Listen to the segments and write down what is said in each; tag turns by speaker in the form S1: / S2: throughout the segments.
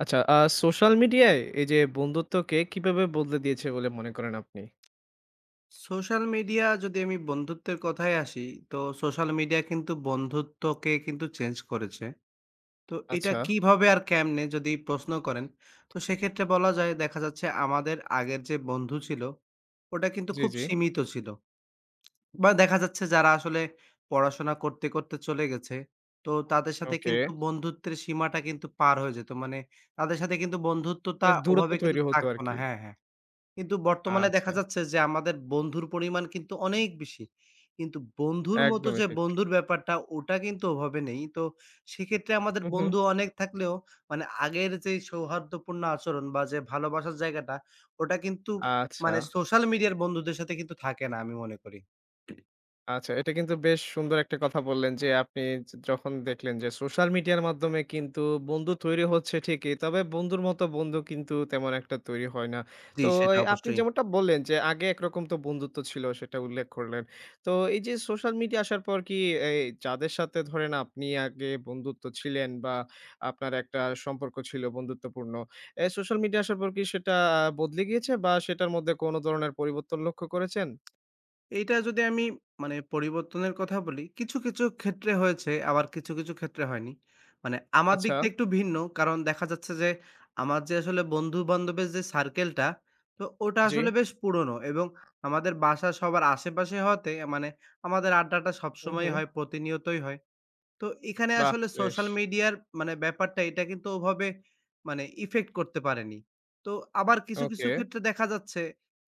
S1: আচ্ছা, সোশ্যাল মিডিয়ায় এই যে বন্ধুত্বকে কিভাবে বদলে দিয়েছে বলে মনে করেন আপনি?
S2: সোশ্যাল মিডিয়া যদি আমি বন্ধুত্বের কথায় আসি, তো সোশ্যাল মিডিয়া কিন্তু বন্ধুত্বকে কিন্তু চেঞ্জ করেছে। তো এটা
S1: আচ্ছা,
S2: কিভাবে আর কেমনে যদি প্রশ্ন করেন, তো সেক্ষেত্রে বলা যায় দেখা যাচ্ছে আমাদের আগের যে বন্ধু ছিল, ওটা কিন্তু
S1: জি,
S2: খুব
S1: জি।
S2: সীমিত ছিল। বা দেখা যাচ্ছে যারা আসলে পড়াশোনা করতে, করতে চলে গেছে, তো তাদের সাথে
S1: ওকে।
S2: কিন্তু বন্ধুত্বের সীমাটা কিন্তু পার হয়ে যেত। মানে তাদের সাথে কিন্তু বন্ধুত্বটা
S1: এ দূরত্ব
S2: ওভাবে কিন্তু
S1: তৈরি হতো
S2: থাকতো না।
S1: আরকি।
S2: হ্যাঁ, হ্যাঁ। কিন্তু বর্তমানে
S1: আচ্ছা,
S2: দেখা যাচ্ছে যে আমাদের বন্ধুর পরিমাণ কিন্তু অনেক বেশি। কিন্তু বন্ধুর মতো
S1: একদমই
S2: যে
S1: ঠিক।
S2: বন্ধুর ব্যাপারটা ওটা কিন্তু ওভাবে নেই। তো সেক্ষেত্রে আমাদের
S1: হু, হু।
S2: বন্ধু অনেক থাকলেও মানে আগের যে সৌহার্দ্যপূর্ণ আচরণ বা যে ভালোবাসার জায়গাটা ওটা কিন্তু
S1: আচ্ছা।
S2: মানে সোশ্যাল মিডিয়ার বন্ধুদের সাথে কিন্তু থাকে না আমি মনে করি।
S1: আচ্ছা, এটা কিন্তু বেশ সুন্দর একটা কথা বললেন যে, আপনি যখন দেখলেন যে, সোশ্যাল মিডিয়ার মাধ্যমে কিন্তু বন্ধু তৈরি হচ্ছে ঠিকই। তবে বন্ধুর মতো বন্ধু কিন্তু তেমন একটা তৈরি হয় না।
S2: জি,
S1: তো
S2: সেটা
S1: এই আপনি
S2: অবশ্যই।
S1: যেমনটা বললেন যে, আগে একরকম তো বন্ধুত্ব ছিল সেটা উল্লেখ করলেন। তো এই যে, সোশ্যাল মিডিয়া আসার পর কি এই যাদের সাথে ধরেন আপনি আগে বন্ধুত্ব ছিলেন বা আপনার একটা সম্পর্ক ছিল বন্ধুত্বপূর্ণ। এ সোশ্যাল মিডিয়া আসার পর কি সেটা বদলে গিয়েছে বা সেটার মধ্যে কোনো ধরনের পরিবর্তন লক্ষ্য করেছেন?
S2: এইটা যদি আমি মানে পরিবর্তনের কথা বলি, কিছু, কিছু ক্ষেত্রে হয়েছে আবার কিছু, কিছু ক্ষেত্রে হয়নি। মানে আমার
S1: আচ্ছা,
S2: দিকটা একটু ভিন্ন। কারণ দেখা যাচ্ছে যে আমার যে আসলে বন্ধু-বান্ধবের যে সার্কেলটা, তো ওটা
S1: জি।
S2: আসলে বেশ পুরনো এবং আমাদের বাসা সবার আশেপাশে হওয়াতে মানে আমাদের আড্ডাটা
S1: হু,
S2: সবসময়ই
S1: হু।
S2: হয়, প্রতিনিয়তই হয়। তো এখানে
S1: বাহ!
S2: আসলে
S1: বেশ।
S2: সোশ্যাল মিডিয়ার মানে ব্যাপারটা এটা কিন্তু ওভাবে মানে ইফেক্ট করতে পারেনি। তো আবার কিছু, কিছু
S1: ওকে।
S2: ক্ষেত্রে দেখা যাচ্ছে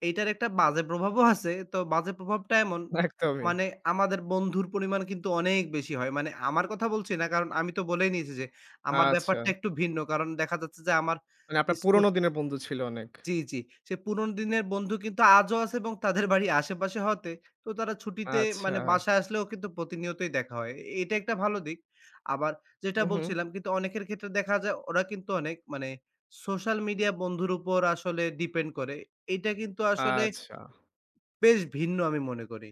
S2: এইটার একটা বাজে প্রভাবও আছে। তো বাজে প্রভাবটা এমন
S1: একদমই।
S2: মানে আমাদের বন্ধুর পরিমাণ কিন্তু অনেক বেশি হয়। মানে আমার কথা বলছি না কারণ আমি তো বলেই নিয়েছি যে আমার
S1: আচ্ছা।
S2: ব্যাপারটা একটু ভিন্ন। কারণ দেখা যাচ্ছে যে আমার
S1: মানে আপনার
S2: স্কু
S1: পুরোনো দিনের বন্ধু ছিল অনেক।
S2: জি, জি। সে পুরোনো দিনের বন্ধু কিন্তু আজও আছে এবং তাদের বাড়ি আশেপাশে হতে তো তারা ছুটিতে
S1: আচ্ছা।
S2: মানে বাসায় আসলেও কিন্তু প্রতিনিয়তই দেখা হয়। এ এটা একটা ভালো দিক। আবার যেটা
S1: হু, হু।
S2: বলছিলাম কিন্তু অনেকের ক্ষেত্রে দেখা যায় ওরা কিন্তু অনেক মানে সোশ্যাল মিডিয়া বন্ধুর উপর আসলে ডিপেন্ড করে। এটা কিন্তু আসলে
S1: আচ্ছা।
S2: বেশ ভিন্ন আমি মনে করি।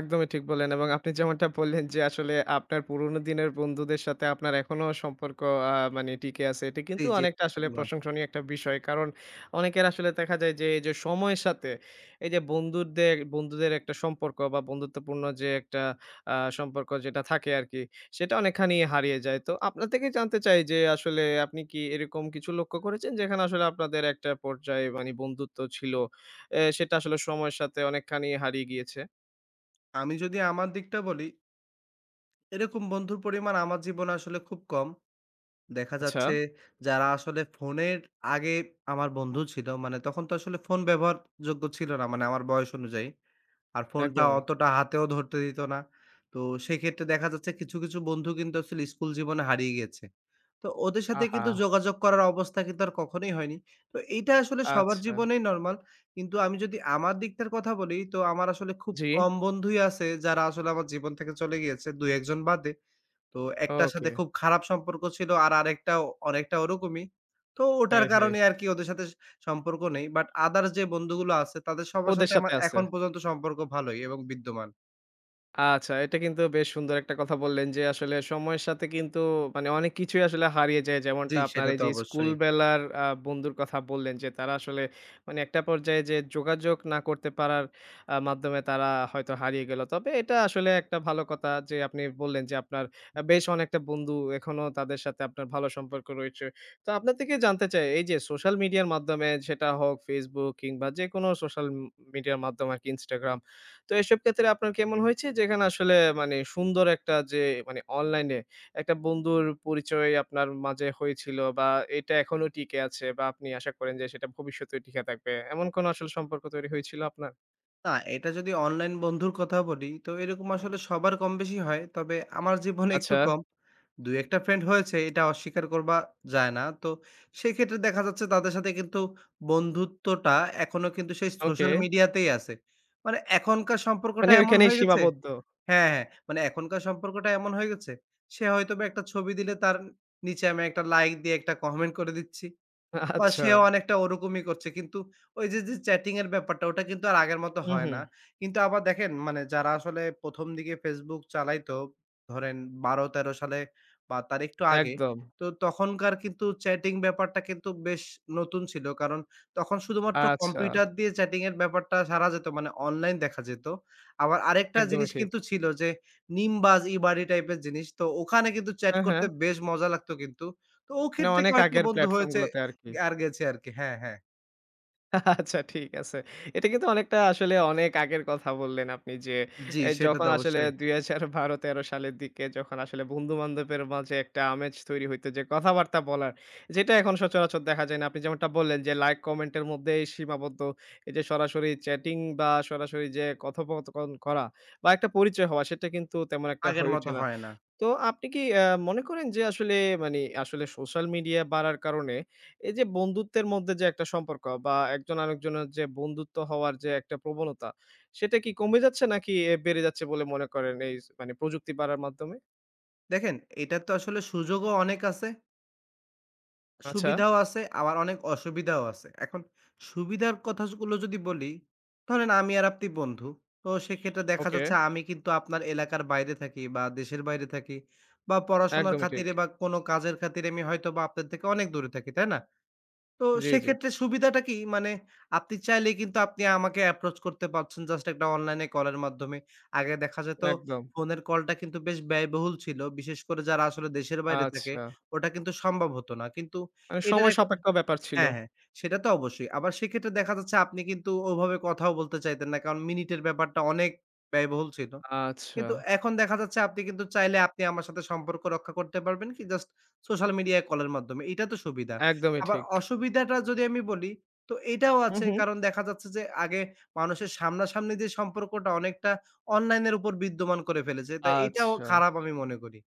S1: একদমই ঠিক বললেন এবং আপনি যেমনটা বললেন যে আসলে আপনার পুরোনো দিনের বন্ধুদের সাথে আপনার এখনো সম্পর্ক মানে টিকে আছে। এটি
S2: জি,
S1: কিন্তু
S2: জি।
S1: অনেকটা আসলে
S2: ধন্যবাদ।
S1: প্রশংসনীয় একটা বিষয়। কারণ অনেকের আসলে দেখা যায় যে এই যে সময়ের সাথে এই যে বন্ধুদের বন্ধুদের একটা সম্পর্ক বা বন্ধুত্বপূর্ণ যে একটা সম্পর্ক যেটা থাকে আরকি, সেটা অনেকখানি হারিয়ে যায়। তো আপনার থেকে জানতে চাই যে আসলে আপনি কি এরকম কিছু লক্ষ্য করেছেন যেখানে আসলে আপনাদের একটা পর্যায়ে মানে বন্ধুত্ব ছিল, এ সেটা আসলে সময়ের সাথে অনেকখানি হারিয়ে গিয়েছে?
S2: আমি যদি আমার দিকটা বলি, এরকম বন্ধুর পরিমাণ আমার জীবনে আসলে খুব কম। দেখা
S1: আচ্ছা।
S2: যাচ্ছে যারা আসলে ফোনের আগে আমার বন্ধু ছিল মানে তখন তো আসলে ফোন ব্যবহারযোগ্য ছিল না মানে আমার বয়স অনুযায়ী। আর ফোনটা
S1: একদমই।
S2: অতটা হাতেও ধরতে দিত না। তো সেক্ষেত্রে দেখা যাচ্ছে কিছু, কিছু বন্ধু কিন্তু আসলে স্কুল জীবনে হারিয়ে গিয়েছে। তো ওদের সাথে
S1: আহা!
S2: কিন্তু যোগাযোগ করার অবস্থা কিন্তু আর কখনোই হয়নি। তো এইটা আসলে সবার
S1: আচ্ছা।
S2: জীবনেই নরমাল। কিন্তু আমি যদি আমার দিকটার কথা বলি তো আমার আসলে খুব
S1: জি।
S2: কম বন্ধুই আছে যারা আসলে আমার জীবন থেকে চলে গিয়েছে ২-১ জন বাদে। তো একটার সাথে
S1: ওকে।
S2: খুব খারাপ সম্পর্ক ছিল আর আরেকটাও অনেকটা ওরকমই। তো ওটার
S1: হায়, হায়!
S2: কারণে আরকি ওদের সাথে সম্পর্ক নেই। বাট আদার্স যে বন্ধুগুলো আছে তাদের সবার
S1: ওদের
S2: সাথে আমার
S1: সাথে আছে।
S2: এখন পর্যন্ত সম্পর্ক ভালোই এবং বিদ্যমান।
S1: আচ্ছা, এটা কিন্তু বেশ সুন্দর একটা কথা বললেন যে, আসলে সময়ের সাথে কিন্তু মানে অনেক কিছুই আসলে হারিয়ে যায়।
S2: জি,
S1: যেমনটা আপনার
S2: সেটা
S1: এই
S2: তো
S1: যে স্কুল
S2: অবশ্যই।
S1: বেলার বন্ধুর কথা বললেন যে, তারা আসলে মানে একটা পর্যায়ে যে যোগাযোগ না করতে পারার মাধ্যমে তারা হয়তো হারিয়ে গেল। তবে এটা আসলে একটা ভালো কথা যে আপনি বললেন যে, আপনার বেশ অনেকটা বন্ধু এখনো তাদের সাথে আপনার ভালো সম্পর্ক রয়েছে। তো আপনার থেকে জানতে চাই এই যে সোশ্যাল মিডিয়ার মাধ্যমে সেটা হোক Facebook কিংবা যেকোনো সোশ্যাল মিডিয়ার মাধ্যম আরকি Instagram তো এসব ক্ষেত্রে আপনার কেমন হয়েছে? যেখানে আসলে মানে সুন্দর একটা যে মানে অনলাইনে একটা বন্ধুর পরিচয় আপনার মাঝে হয়েছিল বা এটা এখনো টিকে আছে বা আপনি আশা করেন যে সেটা ভবিষ্যতেও টিকে থাকবে। এমন কোনো আসলে সম্পর্ক তৈরি হয়েছিল আপনার?
S2: না, এটা যদি অনলাইন বন্ধুর কথা বলি, তো এরকম আসলে সবার কমবেশি হয়। তবে আমার জীবনে একটু
S1: আচ্ছা,
S2: কম। ২-১ টা ফ্রেন্ড হয়েছে এটা অস্বীকার করবা যায় না। তো সেক্ষেত্রে দেখা যাচ্ছে তাদের সাথে কিন্তু বন্ধুত্বটা এখনো কিন্তু সেই
S1: ওকে।
S2: সোশ্যাল মিডিয়াতেই আছে। মানে এখনকার সম্পর্কটা
S1: মানে
S2: এমন
S1: ওইখানেই
S2: হয়ে গেছে
S1: সীমাবদ্ধ।
S2: হ্যাঁ, হ্যাঁ। মানে এখনকার সম্পর্কটা এমন হয়ে গেছে, সে হয়তোবা একটা ছবি দিলে তার নিচে আমি একটা লাইক দিয়ে একটা কমেন্ট করে দিচ্ছি। বা
S1: আচ্ছা।
S2: সেও অনেকটা ওরকমই করছে। কিন্তু ওই যে, যে চ্যাটিং এর ব্যাপারটা ওটা কিন্তু আর আগের মতো
S1: হুম,
S2: হয়
S1: হুম।
S2: না। কিন্তু আবার দেখেন মানে যারা আসলে প্রথম দিকে Facebook চালাইতো ধরেন ১২-১৩ সালে বা তার একটু আগে।
S1: একদম।
S2: তো তখনকার কিন্তু চ্যাটিং ব্যাপারটা কিন্তু বেশ নতুন ছিল। কারণ তখন শুধুমাত্র
S1: আচ্ছা,
S2: কম্পিউটার দিয়ে চ্যাটিং এর ব্যাপারটা সারা যেত মানে অনলাইন দেখা যেত। আবার আরেকটা
S1: একদমই
S2: জিনিস
S1: ঠিক।
S2: কিন্তু ছিল যে, নিমবাজ, ইবারি টাইপের জিনিস। তো ওখানে কিন্তু চ্যাট
S1: হ্যাঁ,
S2: করতে
S1: হ্যাঁ।
S2: বেশ মজা লাগতো কিন্তু। তো ও
S1: মানে
S2: ক্ষেত্রে
S1: অনেক
S2: কয়েকটা
S1: আগের
S2: বন্ধু
S1: প্ল্যাটফর্ম
S2: হয়েছে
S1: গুলোতে আরকি।
S2: আর গেছে আরকি। হ্যাঁ, হ্যাঁ।
S1: আচ্ছা ঠিক আছে। এটা কিন্তু অনেকটা আসলে অনেক আগের কথা বললেন আপনি যে,
S2: জি,
S1: এ
S2: সেটা
S1: যখন
S2: তো
S1: আসলে
S2: অবশ্যই।
S1: ২০১২-১৩ সালের দিকে যখন আসলে বন্ধু-বান্ধবের মাঝে একটা আমেজ তৈরি হইতো যে কথাবার্তা বলার, যেটা এখন সচরাচর দেখা যায় না। আপনি যেমনটা বললেন যে লাইক কমেন্টের মধ্যেই সীমাবদ্ধ। এই যে সরাসরি চ্যাটিং বা সরাসরি যে কথোপকথন করা বা একটা পরিচয় হওয়া সেটা কিন্তু তেমন একটা
S2: আগের
S1: হয়ে
S2: মতো
S1: ওঠে না।
S2: হয় না।
S1: তো আপনি কি মনে করেন যে আসলে মানে আসলে সোশ্যাল মিডিয়া বাড়ার কারণে এই যে বন্ধুত্বের মধ্যে যে একটা সম্পর্ক বা একজন আরেকজনের যে বন্ধুত্ব হওয়ার যে একটা প্রবণতা, সেটা কি কমে যাচ্ছে নাকি এ বেড়ে যাচ্ছে বলে মনে করেন এই মানে প্রযুক্তি বাড়ার মাধ্যমে?
S2: দেখেন এটার তো আসলে সুযোগও অনেক আছে,
S1: আচ্ছা,
S2: সুবিধাও আছে, আবার অনেক অসুবিধাও আছে। এখন সুবিধার কথাগুলো যদি বলি, ধরেন আমি আর আপনি বন্ধু। তো সেক্ষেত্রে দেখা
S1: ওকে।
S2: যাচ্ছে আমি কিন্তু আপনার এলাকার বাইরে থাকি বা দেশের বাইরে থাকি বা পড়াশোনার
S1: একদমই ঠিক।
S2: খাতিরে বা কোনো কাজের খাতিরে আমি হয়তোবা আপনার থেকে অনেক দূরে থাকি, তাই না? তো
S1: জি, জি।
S2: সেক্ষেত্রে সুবিধাটা কি? মানে আপনি চাইলে কিন্তু আপনি আমাকে অ্যাপ্রোচ করতে পারছেন জাস্ট একটা অনলাইনে কলের মাধ্যমে। আগে দেখা যেত
S1: একদম।
S2: ফোনের কলটা কিন্তু বেশ ব্যয়বহুল ছিল। বিশেষ করে যারা আসলে দেশের বাইরে থাকে
S1: আচ্ছা।
S2: ওটা কিন্তু সম্ভব হতো না। কিন্তু
S1: মানে
S2: এটার
S1: সময়
S2: একটা
S1: সাপেক্ষ ব্যাপার ছিল।
S2: হ্যাঁ, হ্যাঁ সেটা তো অবশ্যই। আবার সেক্ষেত্রে দেখা যাচ্ছে আপনি কিন্তু ওভাবে কথাও বলতে চাইতেন না। কারণ মিনিটের ব্যাপারটা অনেক ব্যয়বহুল ছিল।
S1: আচ্ছা।
S2: কিন্তু এখন দেখা যাচ্ছে আপনি কিন্তু চাইলে আপনি আমার সাথে সম্পর্ক রক্ষা করতে পারবেন কি জাস্ট সোশ্যাল মিডিয়ায় কলের মাধ্যমে। এটা তো সুবিধা।
S1: একদমই
S2: আবার
S1: ঠিক।
S2: অসুবিধাটা যদি আমি বলি তো এটাও
S1: হু,
S2: আছে
S1: হু।
S2: কারণ দেখা যাচ্ছে যে আগে মানুষের সামনাসামনি যে সম্পর্কটা অনেকটা অনলাইনের উপর বিদ্যমান করে ফেলেছে। তাই এটাও
S1: আচ্ছা।
S2: খারাপ আমি মনে করি।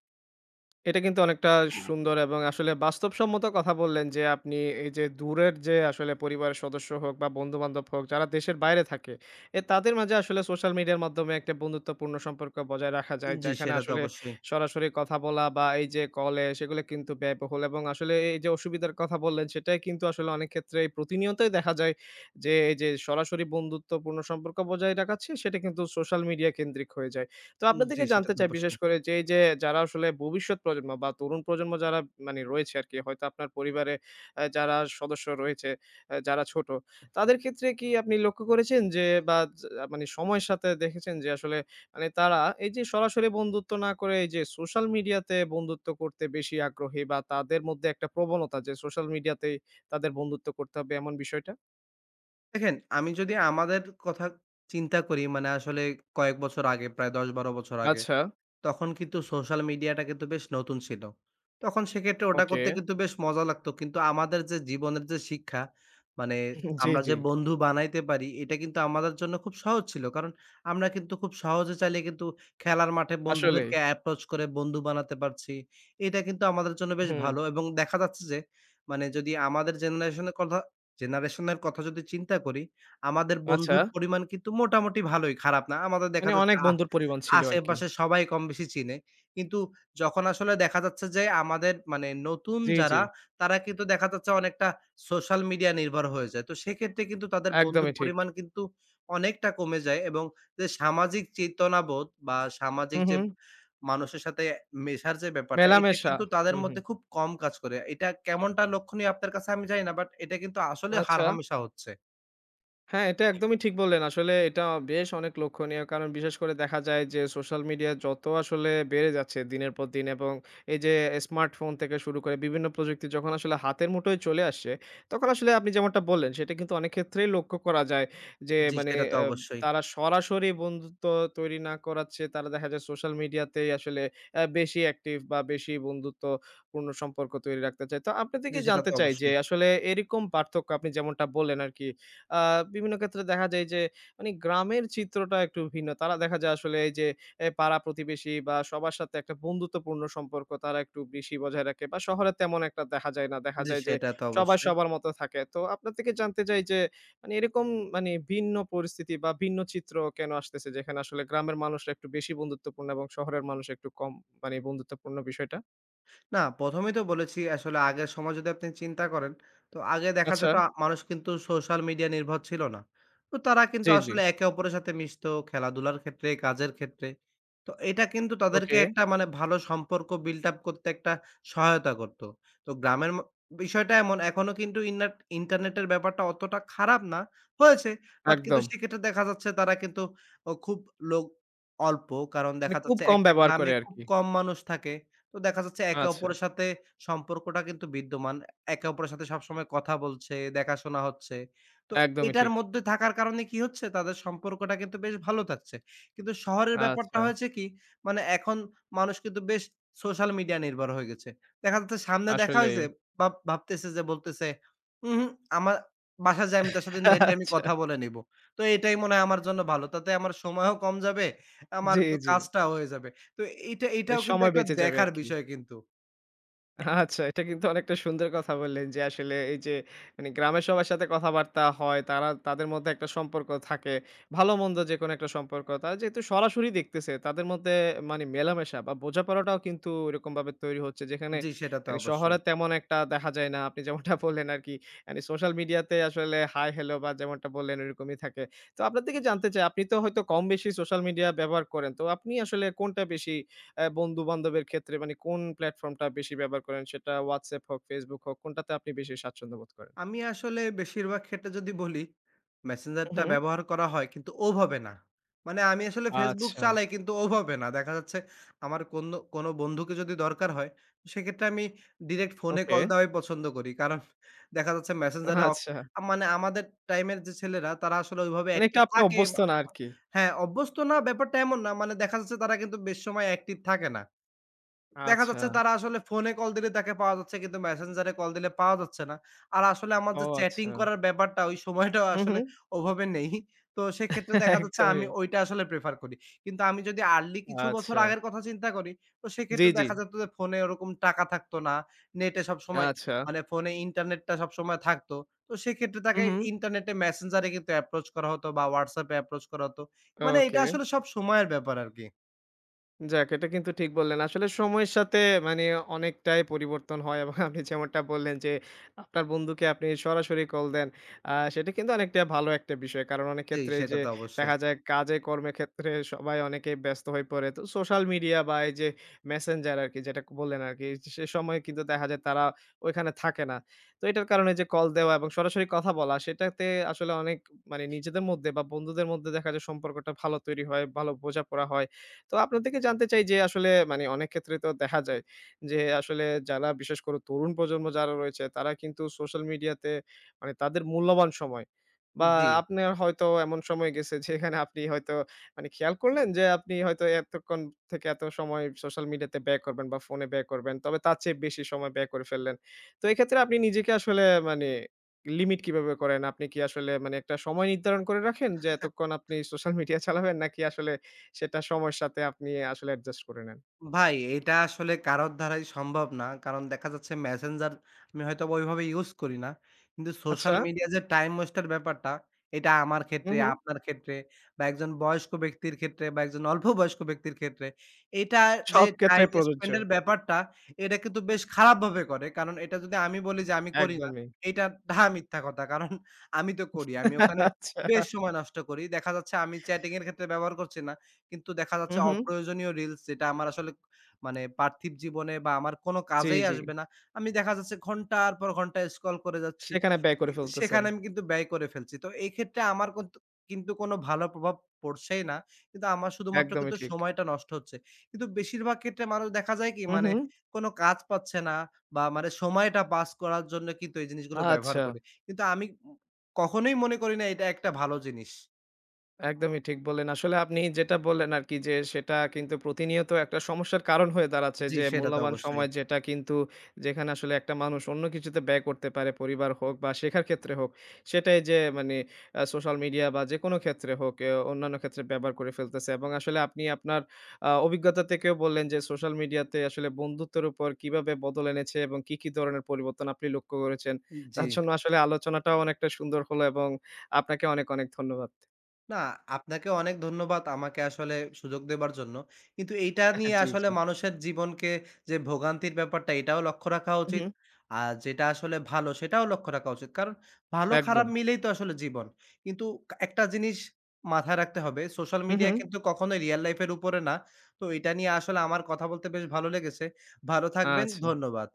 S1: এটা কিন্তু অনেকটা সুন্দর এবং আসলে বাস্তবসম্মত কথা বললেন যে আপনি এই যে দূরের যে আসলে পরিবারের সদস্য হোক বা বন্ধু-বান্ধব হোক যারা দেশের বাইরে থাকে, এ তাদের মাঝে আসলে সোশ্যাল মিডিয়ার মাধ্যমে একটা বন্ধুত্বপূর্ণ সম্পর্ক বজায় রাখা যায়।
S2: জি,
S1: যেখানে
S2: সেটা তো
S1: আসলে
S2: অবশ্যই।
S1: সরাসরি কথা বলা বা এই যে কলে সেগুলো কিন্তু ব্যয়বহুল এবং আসলে এই যে অসুবিধার কথা বললেন সেটাই কিন্তু আসলে অনেক ক্ষেত্রেই প্রতিনিয়তই দেখা যায় যে এই যে সরাসরি বন্ধুত্বপূর্ণ সম্পর্ক বজায় রাখাচ্ছে সেটা কিন্তু সোশ্যাল মিডিয়া কেন্দ্রিক হয়ে যায়। তো আপনার
S2: জি,
S1: থেকে
S2: সেটা
S1: জানতে
S2: তো
S1: চাই বিশেষ
S2: অবশ্যই।
S1: করে যে, এই যে যারা আসলে ভবিষ্যৎ প্রজন্ম বা তরুণ প্রজন্ম যারা মানে রয়েছে আরকি হয়তো আপনার পরিবারে যারা সদস্য রয়েছে, যারা ছোট, তাদের ক্ষেত্রে কি আপনি লক্ষ্য করেছেন যে বা যা মানে সময়ের সাথে দেখেছেন যে আসলে মানে তারা এই যে সরাসরি বন্ধুত্ব না করে এই যে সোশ্যাল মিডিয়াতে বন্ধুত্ব করতে বেশি আগ্রহী বা তাদের মধ্যে একটা প্রবণতা যে সোশ্যাল মিডিয়াতেই তাদের বন্ধুত্ব করতে হবে এমন বিষয়টা?
S2: দেখেন আমি যদি আমাদের কথা চিন্তা করি মানে আসলে কয়েক বছর আগে প্রায় ১০-১২ বছর আগে
S1: আচ্ছা,
S2: তখন কিন্তু সোশ্যাল মিডিয়াটা কিন্তু বেশ নতুন ছিল। তখন সেক্ষেত্রে ওটা
S1: ওকে।
S2: করতে কিন্তু বেশ মজা লাগতো। কিন্তু আমাদের যে জীবনের যে শিক্ষা, মানে
S1: জি,
S2: আমরা
S1: জি।
S2: যে বন্ধু বানাইতে পারি, এটা কিন্তু আমাদের জন্য খুব সহজ ছিল। কারণ আমরা কিন্তু খুব সহজে চাইলে কিন্তু খেলার মাঠে
S1: আসলেই।
S2: বন্ধুদেরকে অ্যাপ্রোচ করে বন্ধু বানাতে পারছি। এটা কিন্তু আমাদের জন্য বেশ
S1: হুম,
S2: ভালো এবং দেখা যাচ্ছে যে মানে যদি আমাদের জেনারেশনের কথা যদি চিন্তা করি, আমাদের
S1: আচ্ছা।
S2: বন্ধুর পরিমাণ কিন্তু মোটামুটি ভালোই, খারাপ না। আমাদের দেখা
S1: মানে
S2: যাচ্ছে
S1: অনেক বন্ধুর পরিমাণ ছিল আরকি।
S2: আশেপাশে সবাই কমবেশি চিনে। কিন্তু যখন আসলে দেখা যাচ্ছে যে আমাদের মানে নতুন
S1: জি, জি।
S2: যারা তারা কিন্তু দেখা যাচ্ছে অনেকটা সোশ্যাল মিডিয়া নির্ভর হয়ে যায়। তো সেক্ষেত্রে কিন্তু তাদের বন্ধুর
S1: একদমই ঠিক।
S2: পরিমাণ কিন্তু অনেকটা কমে যায় এবং যে সামাজিক চেতনাবোধ বা সামাজিক
S1: হু,
S2: যে
S1: হু।
S2: মানুষের সাথে মেশার যে ব্যাপারটা এটা
S1: মেলামেশা।
S2: কিন্তু তাদের
S1: হু, হু।
S2: মধ্যে খুব কম কাজ করে। এটা কেমনটা লক্ষণীয় আপনার কাছে আমি জানি না। বাট এটা কিন্তু আসলে
S1: আচ্ছা।
S2: হারহমেশা হচ্ছে।
S1: হ্যাঁ, এটা একদমই ঠিক বললেন। আসলে এটা বেশ অনেক লক্ষণীয়। কারণ বিশেষ করে দেখা যায় যে সোশ্যাল মিডিয়া যত আসলে বেড়ে যাচ্ছে দিনের পর দিন এবং এই যে স্মার্টফোন থেকে শুরু করে বিভিন্ন প্রযুক্তি যখন আসলে হাতের মুঠোয় চলে আসছে, তখন আসলে আপনি যেমনটা বললেন সেটা কিন্তু অনেক ক্ষেত্রেই লক্ষ্য করা যায় যে
S2: জি,
S1: মানে
S2: সেটা তো অবশ্যই।
S1: তারা সরাসরি বন্ধুত্ব তৈরি না করার চেয়ে তারা দেখা যায় সোশ্যাল মিডিয়াতেই আসলে বেশি অ্যাক্টিভ বা বেশি বন্ধুত্বপূর্ণ সম্পর্ক তৈরি রাখতে চায়। তো আপনার
S2: জি,
S1: থেকে
S2: সেটা
S1: জানতে
S2: তো
S1: চাই যে
S2: অবশ্যই।
S1: আসলে এরকম পার্থক্য আপনি যেমনটা বললেন আরকি আ বিভিন্ন ক্ষেত্রে দেখা যায় যে মানে গ্রামের চিত্রটা একটু ভিন্ন। তারা দেখা যায় আসলে এই যে এ পাড়া প্রতিবেশী বা সবার সাথে একটা বন্ধুত্বপূর্ণ সম্পর্ক তারা একটু বেশি বজায় রাখে বা শহরে তেমন একটা দেখা যায় না। দেখা
S2: জি,
S1: যায় যে
S2: সেটা তো
S1: সবাই
S2: অবশ্যই।
S1: সবার মতো থাকে। তো আপনার থেকে জানতে চাই যে মানে এরকম মানে ভিন্ন পরিস্থিতি বা ভিন্ন চিত্র কেন আসতেছে যেখানে আসলে গ্রামের মানুষরা একটু বেশি বন্ধুত্বপূর্ণ এবং শহরের মানুষ একটু কম মানে বন্ধুত্বপূর্ণ বিষয়টা?
S2: না, প্রথম এই তো বলেছি আসলে আগের সময় যদি আপনি চিন্তা করেন, তো আগে দেখা
S1: আচ্ছা।
S2: যেত মানুষ কিন্তু সোশ্যাল মিডিয়া নির্ভর ছিল না। তো তারা কিন্তু
S1: জি, জি।
S2: আসলে একে অপরের সাথে মিশতো খেলাধুলার ক্ষেত্রে, কাজের ক্ষেত্রে। তো এটা কিন্তু তাদেরকে
S1: ওকে।
S2: একটা মানে ভালো সম্পর্ক build up করতে একটা সহায়তা করত। তো গ্রামের ম বিষয়টা এমন এখনো কিন্তু ইন্নাট ইন্টারনেটের ব্যাপারটা অতটা খারাপ না, হয়েছে। বাট কিন্তু
S1: একদম।
S2: সেক্ষেত্রে দেখা যাচ্ছে তারা কিন্তু ও খুব লোক অল্প। কারণ
S1: মানে
S2: দেখা
S1: খুব
S2: যাচ্ছে
S1: কম
S2: একটা
S1: ব্যবহার
S2: গ্রামে
S1: করে
S2: খুব
S1: আরকি।
S2: কম মানুষ থাকে। তো দেখা যাচ্ছে একে
S1: আচ্ছা।
S2: অপরের সাথে সম্পর্কটা কিন্তু বিদ্যমান। একে অপরের সাথে সবসময় কথা বলছে, দেখাশোনা হচ্ছে। তো
S1: একদমই
S2: এটার
S1: ঠিক।
S2: মধ্যে থাকার কারণে কি হচ্ছে তাদের সম্পর্কটা কিন্তু বেশ ভালো থাকছে। কিন্তু শহরের ব্যাপারটা
S1: আচ্ছা,
S2: হয়েছে কি মানে এখন মানুষ কিন্তু বেশ সোশ্যাল মিডিয়া নির্ভর হয়ে গেছে। দেখা যাচ্ছে সামনে দেখা
S1: আসলেই।
S2: হইছে ভাবতেছে যে বলতেছে, "উহু আমার বাসায় যাই আমি তার সাথে নেটে আমি
S1: আচ্ছা,
S2: কথা বলে নিব। তো এটাই মনে হয় আমার জন্য ভালো। তাতে আমার সময়ও কম যাবে, আমার
S1: জি, জি।
S2: কাজটাও হয়ে যাবে।" তো
S1: এ
S2: এইটাও কিন্তু
S1: সময়
S2: একটা
S1: বেঁচে যাবে
S2: দেখার
S1: আরকি।
S2: বিষয় কিন্তু।
S1: আচ্ছা, এটা কিন্তু অনেকটা সুন্দর কথা বললেন যে আসলে এই যে মানে গ্রামের সবার সাথে কথাবার্তা হয়, তারা তাদের মধ্যে একটা সম্পর্ক থাকে। ভালো-মন্দ যেকোনো একটা সম্পর্ক। তারা যেহেতু সরাসরি দেখতেছে তাদের মধ্যে মানে মেলামেশা বা বোঝাপড়াটাও কিন্তু এরকমভাবে তৈরি হচ্ছে যেখানে
S2: জি, সেটা তো
S1: মানে
S2: অবশ্যই।
S1: শহরে তেমন একটা দেখা যায় না। আপনি যেমনটা বললেন আরকি। মানে সোশ্যাল মিডিয়াতে আসলে হাই, হ্যালো বা যেমনটা বললেন ওইরকমই থাকে। তো আপনার থেকে জানতে চাই আপনি তো হয়তো কম বেশি সোশ্যাল মিডিয়া ব্যবহার করেন। তো আপনি আসলে কোনটা বেশি বন্ধু-বান্ধবের ক্ষেত্রে মানে কোন প্ল্যাটফর্মটা বেশি ব্যবহার করেন? সেটা WhatsApp হোক, Facebook হোক, কোনটাতে আপনি বেশি স্বাচ্ছন্দ্য বোধ করেন?
S2: আমি আসলে বেশিরভাগ ক্ষেত্রে যদি বলি,
S1: হু,
S2: মেসেঞ্জারটা
S1: হু।
S2: ব্যবহার করা হয় কিন্তু ওভাবে না। মানে আমি আসলে Facebook
S1: আচ্ছা,
S2: চালাই কিন্তু ওভাবে না। দেখা যাচ্ছে আমার কোনো বন্ধুকে যদি দরকার হয়, সেক্ষেত্রে আমি ডিরেক্ট ফোনে
S1: ওকে।
S2: কল দেওয়াই পছন্দ করি। কারণ দেখা যাচ্ছে মেসেঞ্জারে অ
S1: আচ্ছা।
S2: মানে আমাদের টাইমের যে ছেলেরা তারা আসলে ওইভাবে
S1: মানে এটা
S2: অ্যাক্টিভ
S1: আপনি
S2: থাকে
S1: অভ্যস্ত
S2: বা
S1: না আরকি।
S2: হ্যাঁ, অভ্যস্ত না ব্যাপারটা এমন না। মানে দেখা যাচ্ছে তারা কিন্তু বেশ সময় অ্যাক্টিভ থাকে না। দেখা
S1: আচ্ছা।
S2: যাচ্ছে তারা আসলে ফোনে কল দিলে তাকে পাওয়া যাচ্ছে কিন্তু মেসেঞ্জারে কল দিলে পাওয়া যাচ্ছে না। আর আসলে আমার
S1: ও
S2: যে চ্যাটিং
S1: আচ্ছা।
S2: করার ব্যাপারটা ওই সময়টাও
S1: হু, হু।
S2: আসলে ওভাবে নেই। তো সেক্ষেত্রে দেখা যাচ্ছে আমি
S1: একদমই।
S2: ওইটা আসলে প্রেফার করি। কিন্তু আমি যদি আর্লি কিছু বছর
S1: আচ্ছা।
S2: আগের কথা চিন্তা করি, তো
S1: জি,
S2: সেক্ষেত্রে
S1: জি।
S2: দেখা যেত যে ফোনে ওরকম টাকা থাকতো না। নেটে সবসময়
S1: আচ্ছা।
S2: মানে ফোনে ইন্টারনেটটা সবসময় থাকতো। তো সেক্ষেত্রে
S1: হু,
S2: তাকে
S1: হু।
S2: ইন্টারনেটে মেসেঞ্জারে কিন্তু অ্যাপ্রোচ করা হতো বা WhatsApp এ অ্যাপ্রোচ করা হতো। মানে এটা
S1: ওকে।
S2: আসলে সব সময়ের ব্যাপার আরকি।
S1: যাক, এটা কিন্তু ঠিক বললেন। আসলে সময়ের সাথে মানে অনেকটাই পরিবর্তন হয় এবং আপনি যেমনটা বললেন যে, আপনার বন্ধুকে আপনি সরাসরি কল দেন। সেটা কিন্তু অনেকটা ভালো একটা বিষয়। কারণ অনেক
S2: জি,
S1: ক্ষেত্রে
S2: সেটা
S1: যে
S2: তো অবশ্যই।
S1: দেখা যায় কাজে কর্মের ক্ষেত্রে সবাই অনেকেই ব্যস্ত হয়ে পড়ে। তো সোশ্যাল মিডিয়া বা এই যে মেসেঞ্জার আরকি যেটা বললেন আরকি, সে সময় কিন্তু দেখা যায় তারা ওইখানে থাকে না। তো এটার কারণে যে কল দেওয়া এবং সরাসরি কথা বলা সেটাতে আসলে অনেক মানে নিজেদের মধ্যে বা বন্ধুদের মধ্যে দেখা যায় সম্পর্কটা ভালো তৈরি হয়, ভালো বোঝাপড়া হয়। তো আপনার থেকে জানতে চাই যে আসলে মানে অনেক ক্ষেত্রে তো দেখা যায় যে আসলে যারা বিশেষ করে তরুণ প্রজন্ম যারা রয়েছে তারা কিন্তু সোশ্যাল মিডিয়াতে মানে তাদের মূল্যবান সময় বা
S2: জি।
S1: আপনার হয়তো এমন সময় গেছে যেখানে আপনি হয়তো মানে খেয়াল করলেন যে আপনি হয়তো এতক্ষণ থেকে এত সময় সোশ্যাল মিডিয়াতে ব্যয় করবেন বা ফোনে ব্যয় করবেন তবে তার চেয়ে বেশি সময় ব্যয় করে ফেললেন তো এক্ষেত্রে আপনি নিজেকে আসলে মানে লিমিট কিভাবে করেন আপনি কি আসলে মানে একটা সময় নির্ধারণ করে রাখেন যে এতক্ষণ আপনি সোশ্যাল মিডিয়া চালাবেন নাকি আসলে সেটা সময়ের সাথে আপনি আসলে অ্যাডজাস্ট করে নেন।
S2: ভাই এটা আসলে কারোর দ্বারাই সম্ভব না। কারণ দেখা যাচ্ছে মেসেঞ্জার আমি হয়তোবা ওইভাবে ইউজ করি না। কিন্তু
S1: আচ্ছা,
S2: সোশ্যাল মিডিয়া যে টাইম ওয়েস্ট এর ব্যাপারটা, এটা আমার
S1: হু,
S2: ক্ষেত্রে,
S1: হু।
S2: আপনার ক্ষেত্রে বা একজন বয়স্ক ব্যক্তির ক্ষেত্রে বা একজন অল্প বয়স্ক ব্যক্তির ক্ষেত্রে এটা যে
S1: সব
S2: টাইম
S1: ক্ষেত্রেই প্রযোজ্য।
S2: স্পেন্ড এর ব্যাপারটা, এটা কিন্তু বেশ খারাপভাবে করে। কারণ এটা যদি আমি বলি যে আমি করি না,
S1: একদমই।
S2: এটা ডাহা মিথ্যা কথা। কারণ আমি তো করি। আমি ওখানে
S1: আচ্ছা।
S2: বেশ সময় নষ্ট করি। দেখা যাচ্ছে আমি চ্যাটিং এর ক্ষেত্রে ব্যবহার করছি না। কিন্তু দেখা
S1: হু,
S2: যাচ্ছে
S1: হু।
S2: অপ্রয়োজনীয় রিলস যেটা আমার আসলে মানে পার্থিব জীবনে বা আমার কোনো
S1: জি,
S2: কাজেই
S1: জি।
S2: আসবে না। আমি দেখা যাচ্ছে ঘন্টার পর ঘন্টা স্ক্রল করে যাচ্ছি।
S1: সেখানে ব্যয় করে
S2: এ
S1: ফেলতেছেন।
S2: সেখানে আমি কিন্তু ব্যয় করে ফেলছি। তো এই ক্ষেত্রে আমার কিন্তু কোনো ভালো প্রভাব পড়ছেই না। কিন্তু আমার শুধুমাত্র
S1: একদমই
S2: কিন্তু
S1: ঠিক।
S2: সময়টা নষ্ট হচ্ছে। কিন্তু বেশিরভাগ ক্ষেত্রে মানুষ দেখা যায় কি
S1: হু,
S2: মানে
S1: হু।
S2: কোনো কাজ পাচ্ছে না বা মানে সময়টা পাস করার জন্য কিন্তু এই জিনিসগুলো ব্যবহার
S1: আচ্ছা।
S2: করে। কিন্তু আমি কখনোই মনে করি না এটা একটা ভালো জিনিস।
S1: একদমই ঠিক বললেন। আসলে আপনি যেটা বললেন আরকি যে, সেটা কিন্তু প্রতিনিয়ত একটা সমস্যার কারণ হয়ে দাঁড়াচ্ছে
S2: জি,
S1: যে,
S2: সেটা তো
S1: মূল্যবান
S2: অবশ্যই।
S1: সময় যেটা কিন্তু যেখানে আসলে একটা মানুষ অন্য কিছুতে ব্যয় করতে পারে, পরিবার হোক বা শেখার ক্ষেত্রে হোক, সেটাই যে মানে সোশ্যাল মিডিয়া বা যেকোনো ক্ষেত্রে হোক, এ অন্যান্য ক্ষেত্রে ব্যবহার করে ফেলতেছে এবং আসলে আপনি আপনার অভিজ্ঞতা থেকেও বললেন যে, সোশ্যাল মিডিয়াতে আসলে বন্ধুত্বের উপর কিভাবে বদল এনেছে এবং কি, কি ধরনের পরিবর্তন আপনি লক্ষ্য করেছেন।
S2: জি।
S1: তার জন্য আসলে আলোচনাটাও অনেকটা সুন্দর হলো এবং আপনাকে অনেক, অনেক ধন্যবাদ।
S2: না, আপনাকে অনেক ধন্যবাদ আমাকে আসলে সুযোগ দেবার জন্য। কিন্তু এইটা
S1: হ্যাঁ,
S2: নিয়ে
S1: জি,
S2: আসলে
S1: জি।
S2: মানুষের জীবনকে যে ভোগান্তির ব্যাপারটা এটাও লক্ষ্য রাখা
S1: হু, হু।
S2: উচিত। আর যেটা আসলে ভালো সেটাও লক্ষ্য রাখা উচিত। কারণ ভালো খারাপ
S1: একদম।
S2: মিলেই তো আসলে জীবন। কিন্তু একটা জিনিস মাথায় রাখতে হবে সোশ্যাল
S1: হু,
S2: মিডিয়া
S1: হু।
S2: কিন্তু কখনোই রিয়াল লাইফ এর উপরে না। তো এটা নিয়ে আসলে আমার কথা বলতে বেশ ভালো লেগেছে। ভালো থাকবেন,
S1: আচ্ছা।
S2: ধন্যবাদ।